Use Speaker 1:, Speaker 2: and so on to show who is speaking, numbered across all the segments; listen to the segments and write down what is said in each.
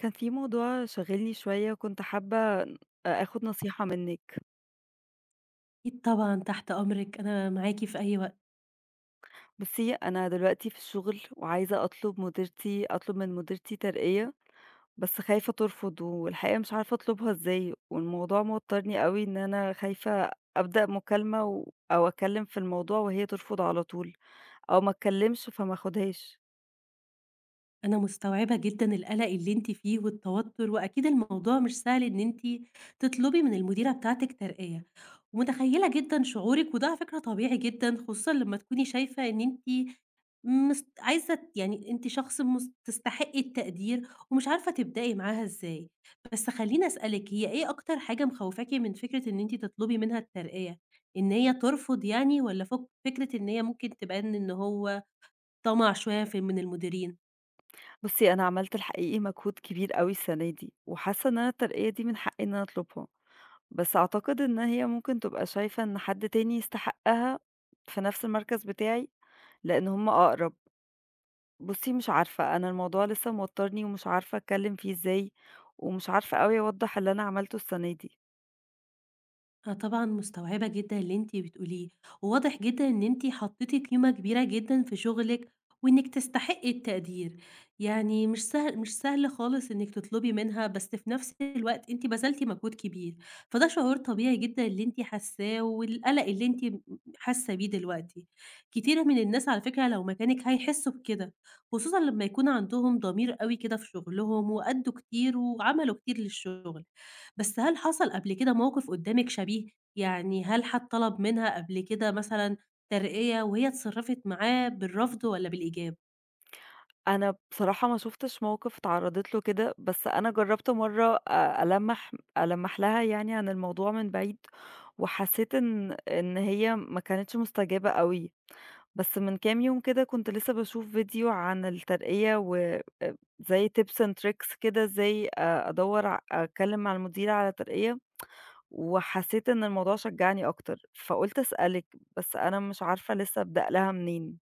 Speaker 1: كان في موضوع شاغلني شوية وكنت حابة آخد نصيحة منِّك.
Speaker 2: أكيد طبعًا، تحت أمرِك، أنا معاكِ في أي وقت.
Speaker 1: بُصّي، أنا دلوقتي في الشغل وعايزة أطلب من مديرتي ترقية، بس خايفة ترفض والحقيقة مش عارفة أطلبها إزاي، والموضوع موتّرني أوي إن أنا خايفة أبدأ مكالمة أو أتكلّم في الموضوع وهي ترفض على طول أو ما أتكلّمش فما آخُدهاش.
Speaker 2: أنا مستوعبة جدًا القلق اللي أنتِ فيه والتوتر، وأكيد الموضوع مش سهل إن أنتِ تطلبي من المديرة بتاعتِك ترقية، ومتخيلة جدًا شعورِك، وده على فكرة طبيعي جدًا، خصوصًا لمّا تكوني شايفة إن أنتِ عايزة يعني أنتِ شخص تستحقي التقدير ومش عارفة تبدئي معاها إزاي. بس خلّيني أسألِك، هي إيه أكتر حاجة مخوفاكِ من فكرة إن أنتِ تطلبي منها الترقية؟ إن هي ترفض يعني والّا فكرة إن هي ممكن تبان إن هو طمع شوية في من المديرين.
Speaker 1: بُصّي، أنا عملت الحقيقي مجهود كبير أوي السَنة دي وحاسّة إن أنا الترقية دي من حقّي إن أنا أطلبها. بس أعتقد إن هي ممكن تبقى شايفة إن حد تاني يستحقها في نفس المركز بتاعي، لإن هم أقرب. بُصّي، مش عارفة، أنا الموضوع لسه موتّرني ومش عارفة أتكلّم فيه إزاي، ومش عارفة أوي أوضّح اللي أنا عملته السنة دي.
Speaker 2: أنا طبعًا مستوعبة جدًا اللي أنتِ بتقوليه، وواضح جدًا إن أنتِ حطيتِ قيمة كبيرة جدًا في شغلِك، وإنِّك تستحقي التقدير. يعني مش سهل مش سهل خالص إنِّك تطلبي منها، بس في نفس الوقت أنتِ بذلتِ مجهود كبير، فده شعور طبيعي جدًا اللي أنتِ حاساه والقلق اللي أنتِ حاسة بيه دلوقتي. كتيرة من الناس على فكرة لو مكانِك هيحسوا بكده، خصوصًا لمّا يكون عندهم ضمير أوي كده في شغلهم وأدّوا كتير وعملوا كتير للشغل. بس هل حصل قبل كده موقف قدّامِك شبيه؟ يعني هل حد طلب منها قبل كده مثلًا ترقية وهي اتصرّفت معاه بالرفض والّا بالإيجاب؟
Speaker 1: أنا بصراحة ما شُفتش موقف اتعرّضت له كده، بس أنا جرّبت مرّة أ ألمّح ألمّح لها يعني عن الموضوع من بعيد، وحسّيت إن هي ما كانتش مستجابة أوي. بس من كام يوم كده كنت لسه باشوف فيديو عن الترقية و زي tips and tricks كده إزاي أ أدوّر ع أتكلّم مع المدير على ترقية، وحسّيت إن الموضوع شجّعني أكتر، فقُلت أسألِك، بس أنا مش عارفة لسه أبدأ لها منين.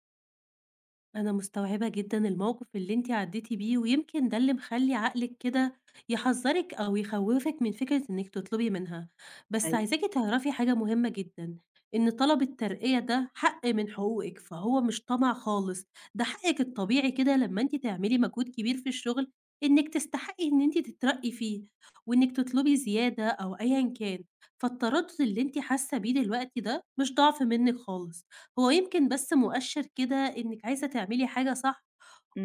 Speaker 2: أنا مستوعبة جدًا الموقف اللي أنتِ عدّيتِ بيه، ويمكن ده اللي مخلّي عقلِك كده يحذّرِك أو يخوّفِك من فكرة إنِّك تطلبي منها. بس
Speaker 1: أيوه.
Speaker 2: عايزاكِ تعرفي حاجة مهمة جدًا، إن طلب الترقية ده حق من حقوقِك، فهو مش طمع خالص، ده حقِّك الطبيعي كده لمّا أنتِ تعملي مجهود كبير في الشغل، إنِّك تستحقي إن أنتِ تترقّي فيه، وإنِّك تطلبي زيادة أو أيًا كان. فالتردُّد اللي أنتِ حاسة بيه دلوقتي ده مش ضعف منِّك خالص، هو يمكن بس مؤشّر كده إنِّك عايزة تعملي حاجة صح،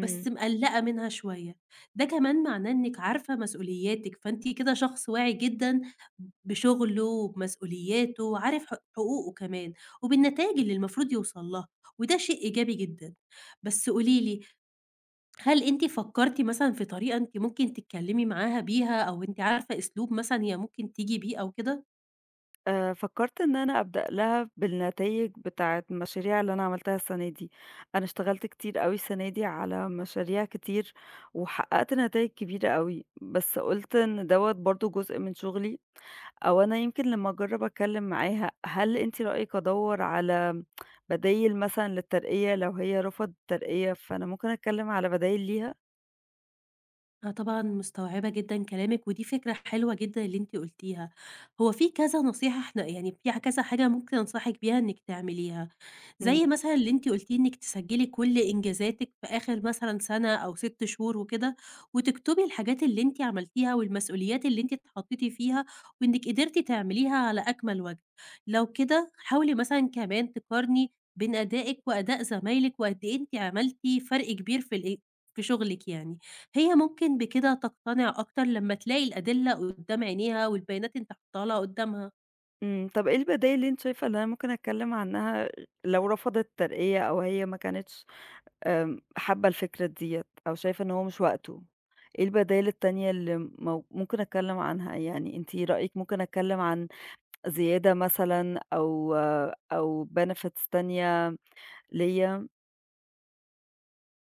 Speaker 2: بس مقلّقة منها شوية، ده كمان معناه إنِّك عارفة مسؤولياتِك، فأنتِ كده شخص واعي جدًا بشُغله وبمسؤولياته وعارف حقوقه كمان، وبالنتايج اللي المفروض يوصل لها، وده شيء إيجابي جدًا. بس قولي لي، هل أنتِ فكّرتِ مثلًا في طريقة أنتِ ممكن تتكلّمي معاها بيها أو أنتِ عارفة أسلوب مثلًا هي ممكن تيجي بيه أو كده؟
Speaker 1: فكّرت إن أنا أبدأ لها بالنتايج بتاعة المشاريع اللي أنا عملتها السَنة دي. أنا اشتغلت كتير أوي السَنة دي على مشاريع كتير، وحقّقت نتايج كبيرة أوي، بس قُلت إن دوّة برضه جزء من شغلي أو أنا يمكن لمّا أجرّب أتكلّم معاها، هل أنتِ رأيِك أدوّر على بدايل مثلًا للترقية لو هي رفضت الترقية، فأنا ممكن أتكلّم على بدايل ليها؟
Speaker 2: أنا طبعًا مستوعبة جدًا كلامِك، ودي فكرة حلوة جدًا اللي أنتِ قُلتيها. هو في كذا نصيحة إحنا يعني في كذا حاجة ممكن أنصحِك بيها إنِّك تعمليها،
Speaker 1: إمم.
Speaker 2: زي مثلًا اللي أنتِ قُلتيه إنِّك تسجّلي كل إنجازاتِك في آخر مثلًا سَنة أو 6 شهور وكده، وتكتبي الحاجات اللي أنتِ عملتيها والمسؤوليات اللي أنتِ اتحطيتِ فيها وإنِّك قدرتِ تعمليها على أكمل وجه. لو كده حاولي مثلًا كمان تقارني بين أدائِك وأداء زمايلِك وقد إيه أنتِ عملتِ فرق كبير في شغلِك يعني. هي ممكن بكده تقتنع أكتر لمّا تلاقي الأدلة قدّام عينيها والبيانات أنت حاطّاها لها قدّامها.
Speaker 1: إمم، طَب إيه البدايل اللي أنتِ شايفة إن أنا ممكن أتكلّم عنها لو رفضت الترقية أو هي ما كانتش حابة الفكرة ديّة أو شايفة إن هو مش وقته؟ إيه البدايل التانية اللي مو ممكن أتكلّم عنها؟ يعني أنتِ رأيِك ممكن أتكلّم عن زيادة مثلًا أو benefits تانية ليّا؟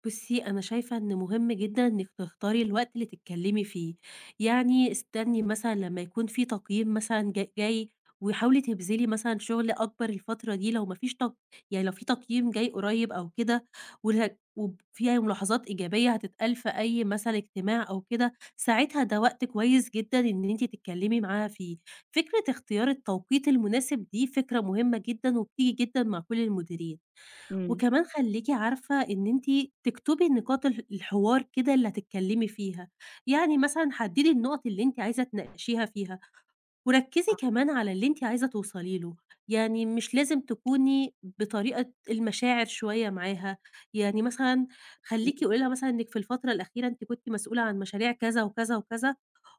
Speaker 2: بُصّي، أنا شايفة إن مهم جدًا إنِّك تختاري الوقت اللي تتكلّمي فيه، يعني استني مثلًا لمّا يكون في تقييم مثلًا جاي وحاولي تبذلي مثلًا شغل أكبر الفترة دي لو ما فيش يعني لو في تقييم جاي قريّب أو كده وه وب فيها ملاحظات إيجابية هتتقال في أي مثلًا اجتماع أو كده، ساعتها ده وقت كويس جدًا إن أنتِ تتكلّمي معاها فيه. فكرة اختيار التوقيت المناسب دي فكرة مهمة جدًا وبتيجي جدًا مع كل المديرين.
Speaker 1: إمم.
Speaker 2: وكمان خلّيكِ عارفة إن أنتِ تكتبي نقاط الحوار كده اللي هتتكلمي فيها، يعني مثلًا حددي النقط اللي أنتِ عايزة تناقشيها فيها، وركزي كمان على اللي أنتِ عايزة توصلي له، يعني مش لازم تكوني بطريقة المشاعر شوية معاها، يعني مثلًا خلّيكِ قولي لها مثلًا إنِّك في الفترة الأخيرة أنتِ كنتِ مسؤولة عن مشاريع كذا وكذا وكذا،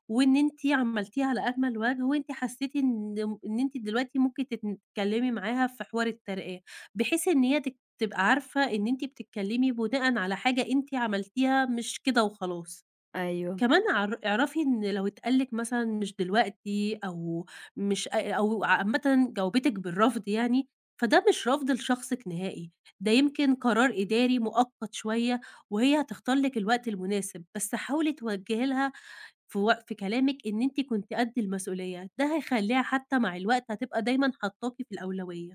Speaker 2: وإن أنتِ عملتيه على أجمل وجه، وأنتِ حسيتِ إن إن أنتِ دلوقتي ممكن تتكلمي معاها في حوار الترقية، بحيث إن هي تبقى عارفة إن أنتِ بتتكلمي بناءً على حاجة أنتِ عملتيها مش كده وخلاص.
Speaker 1: أيوه.
Speaker 2: كمان اعرفي إن لو اتقال لِك مثلًا مش دلوقتي أو مش أو عامةً جاوبتِك بالرفض يعني، فده مش رفض لشخصِك نهائي، ده يمكن قرار إداري مؤقت شوية، وهي هتختار لِك الوقت المناسب، بس حاولي توجهي لها في كلامِك إن أنتِ كنتِ قد المسؤولية، ده هيخلّيها حتى مع الوقت هتبقى دايمًا حاطاكِ في الأولوية.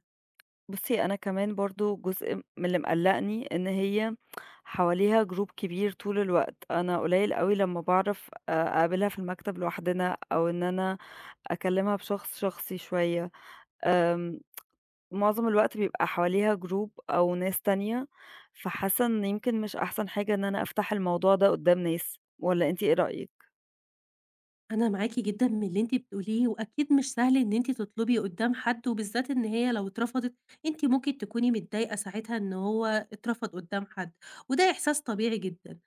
Speaker 1: بُصّي، أنا كمان برضه جزء من اللي مقلّقني إن هي حواليها group كبير طول الوقت، أنا قليل أوي لمّا باعرف أقابلها في المكتب لوحدنا أو إن أنا أكلّمها بشخص شخصي شوية، آمم، معظم الوقت بيبقى حواليها group أو ناس تانية، فحاسة إن يمكن مش أحسن حاجة إن أنا أفتح الموضوع ده قدّام ناس، والّا أنتِ إيه رأيِك؟
Speaker 2: أنا معاكِ جدًا من اللي أنتِ بتقوليه، وأكيد مش سهل إن أنتِ تطلبي قدّام حد، وبالذات إن هي لو اترفضت أنتِ ممكن تكوني متضايقة ساعتها إن هو اترفض قدّام حد، وده إحساس طبيعي جدًا.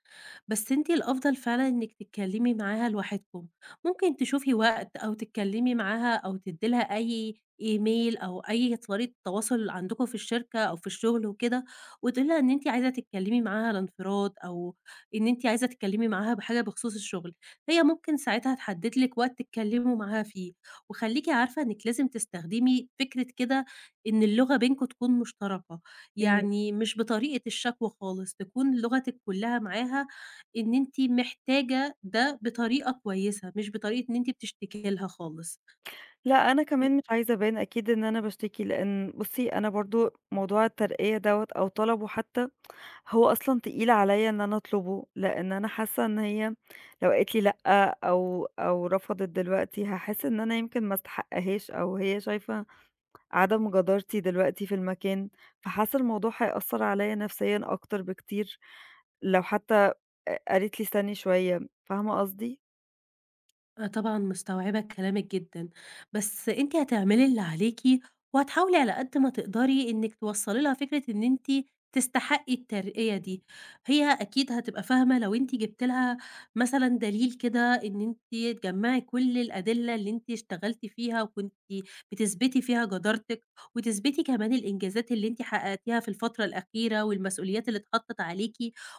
Speaker 2: بس أنتِ الأفضل فعلًا إنِّك تتكلمي معاها لوحدكم، ممكن تشوفي وقت أو تتكلمي معاها أو تدّي لها أي إيميل أو أي طريقة تواصل عندكم في الشركة أو في الشغل وكده، وتقولي لها إن أنتِ عايزة تتكلمي معاها على انفراد أو إن أنتِ عايزة تتكلمي معاها بحاجة بخصوص الشغل. هي ممكن ساعتها تحدد لِك وقت تتكلموا معاها فيه، وخلّيكِ عارفة إنِّك لازم تستخدمي فكرة كده إن اللغة بينكم تكون مشتركة،
Speaker 1: إمم.
Speaker 2: يعني مش بطريقة الشكوى خالص، تكون لغتِك كلّها معاها إن أنتِ محتاجة ده بطريقة كويسة، مش بطريقة إن أنتِ بتشتكي لها خالص.
Speaker 1: لأ، أنا كمان مش عايزة أبان أكيد إن أنا باشتكي، لإن بُصّي، أنا برضه موضوع الترقية دوّة أو طلبه حتى هو أصلًا تقيل عليَّ إن أنا أطلبه، لإن أنا حاسة إن هي لو قالت لي لأ أو رفضت دلوقتي، هاحس إن أنا يمكن ما استحقهاش أو هي شايفة عدم جدارتي دلوقتي في المكان، فحاسة الموضوع هيأثر عليَّ نفسيًا أكتر بكتير لو حتى قالت لي استني شوية، فاهمة قصدي؟
Speaker 2: آه، طبعًا مستوعبة كلامِك جدًا، بس أنتِ هتعملي اللي عليكِ، وهتحاولي على قد ما تقدري إنِّك توصّلي لها فكرة إن أنتِ تستحقي الترقية دي، هي أكيد هتبقى فاهمة لو أنتِ جبتِ لها مثلًا دليل كده إن أنتِ تجمّعي كل الأدلة اللي أنتِ اشتغلتِ فيها وكنتِ بتثبتي فيها جدارتِك، وتثبتي كمان الإنجازات اللي أنتِ حققتيها في الفترة الأخيرة والمسؤوليات اللي اتحطّت عليكِ،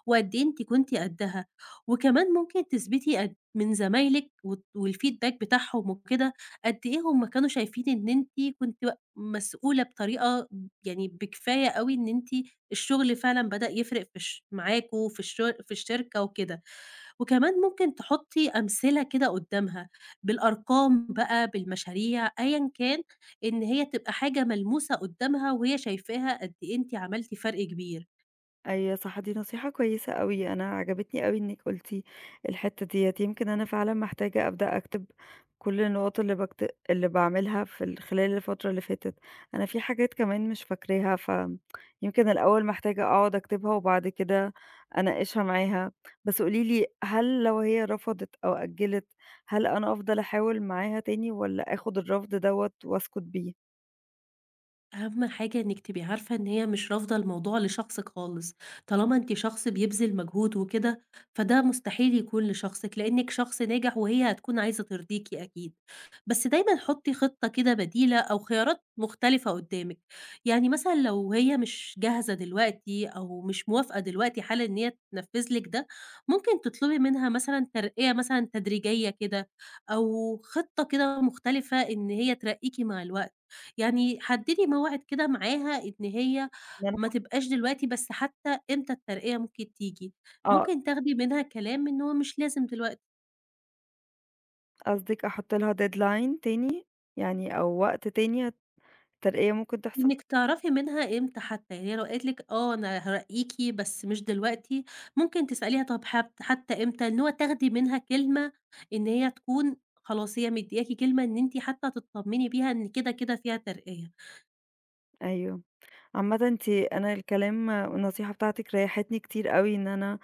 Speaker 2: وقد إيه أنتِ كنتِ قدّها، وكمان ممكن تثبتي قد من زمايلِك والfeedback بتاعهم وكده، قد إيه هم كانوا شايفين إن أنتِ كنتِ و مسؤولة بطريقة يعني بكفاية أوي إن أنتِ الشغل فعلًا بدأ يفرق في الش معاكم في الشركة وكده، وكمان ممكن تحطّي أمثلة كده قدّامها بالأرقام بقى، بالمشاريع، أيًا كان، إن هي تبقى حاجة ملموسة قدّامها وهي شايفاها قد إيه أنتِ عملتِ فرق كبير.
Speaker 1: أيوه صح، دي نصيحة كويسة أوي، أنا عجبتني أوي إنِّك قُلتِ الحتّة ديّة، يمكن أنا فعلًا محتاجة أبدأ أكتب كل النقط اللي باعملها في خلال الفترة اللي فاتت، أنا في حاجات كمان مش فاكراها، فيمكن الأول محتاجة أقعد أكتبها وبعد كده أناقشها معاها، بس قولي لي هل لو هي رفضت أو أجّلت، هل أنا أفضل أحاول معاها تاني والّا آخُد الرفض دوّة وأسكت بيه؟
Speaker 2: أهم حاجة إنِّك تبقي عارفة إن هي مش رافضة الموضوع لشخصِك خالص، طالما أنتِ شخص بيبذِل مجهود وكده، فده مستحيل يكون لشخصِك، لإنِّك شخص ناجح وهي هتكون عايزة ترضيكِ أكيد. بس دايمًا حُطّي خطة كده بديلة أو خيارات مختلفة قُدّامِك، يعني مثلًا لو هي مش جاهزة دلوقتي أو مش موافقة دلوقتي حالًا إن هي تنفّذ لِك ده، ممكن تطلبي منها مثلًا ترقية مثلًا تدريجية كده أو خطة كده مختلفة إن هي ترقّيكِ مع الوقت. يعني حددي موعد كده معاها إن هي
Speaker 1: إن أنا
Speaker 2: ما تبقاش دلوقتي، بس حتى إمتى الترقية ممكن تيجي،
Speaker 1: آه،
Speaker 2: ممكن تاخدي منها كلام إن هو مش لازم دلوقتي،
Speaker 1: قصدِك أحُط لها deadline تاني يعني أو وقت تاني ترقية ممكن تحصل.
Speaker 2: إنِك تعرفي منها إمتى حتى، يعني هي لو قالت لِك آه أنا هارقيكِ بس مش دلوقتي، ممكن تسأليها طب حتى إمتى، إن هو تاخدي منها كلمة إن هي تكون خلاص هي مدياكِ كلمة إن أنتِ حتى تطمني بيها إن كده، كده فيها ترقية.
Speaker 1: أيوه. عامةً أنتِ أنا الكلام والنصيحة بتاعتِك ريّحتني كتير أوي إن أنا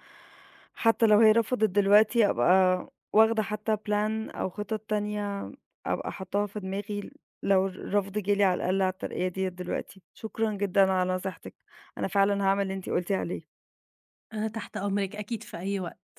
Speaker 1: حتى لو هي رفضت دلوقتي أبقى واخدة حتى plan أو خطط تانية أبقى حاطاها في دماغي لو الرفض جه لي على الأقل على الترقية ديّة دلوقتي. شكرًا جدًا على نصيحتِك، أنا فعلًا هاعمل اللي أنتِ قُلتِ عليه.
Speaker 2: أنا تحت أمرِك أكيد في أي وقت.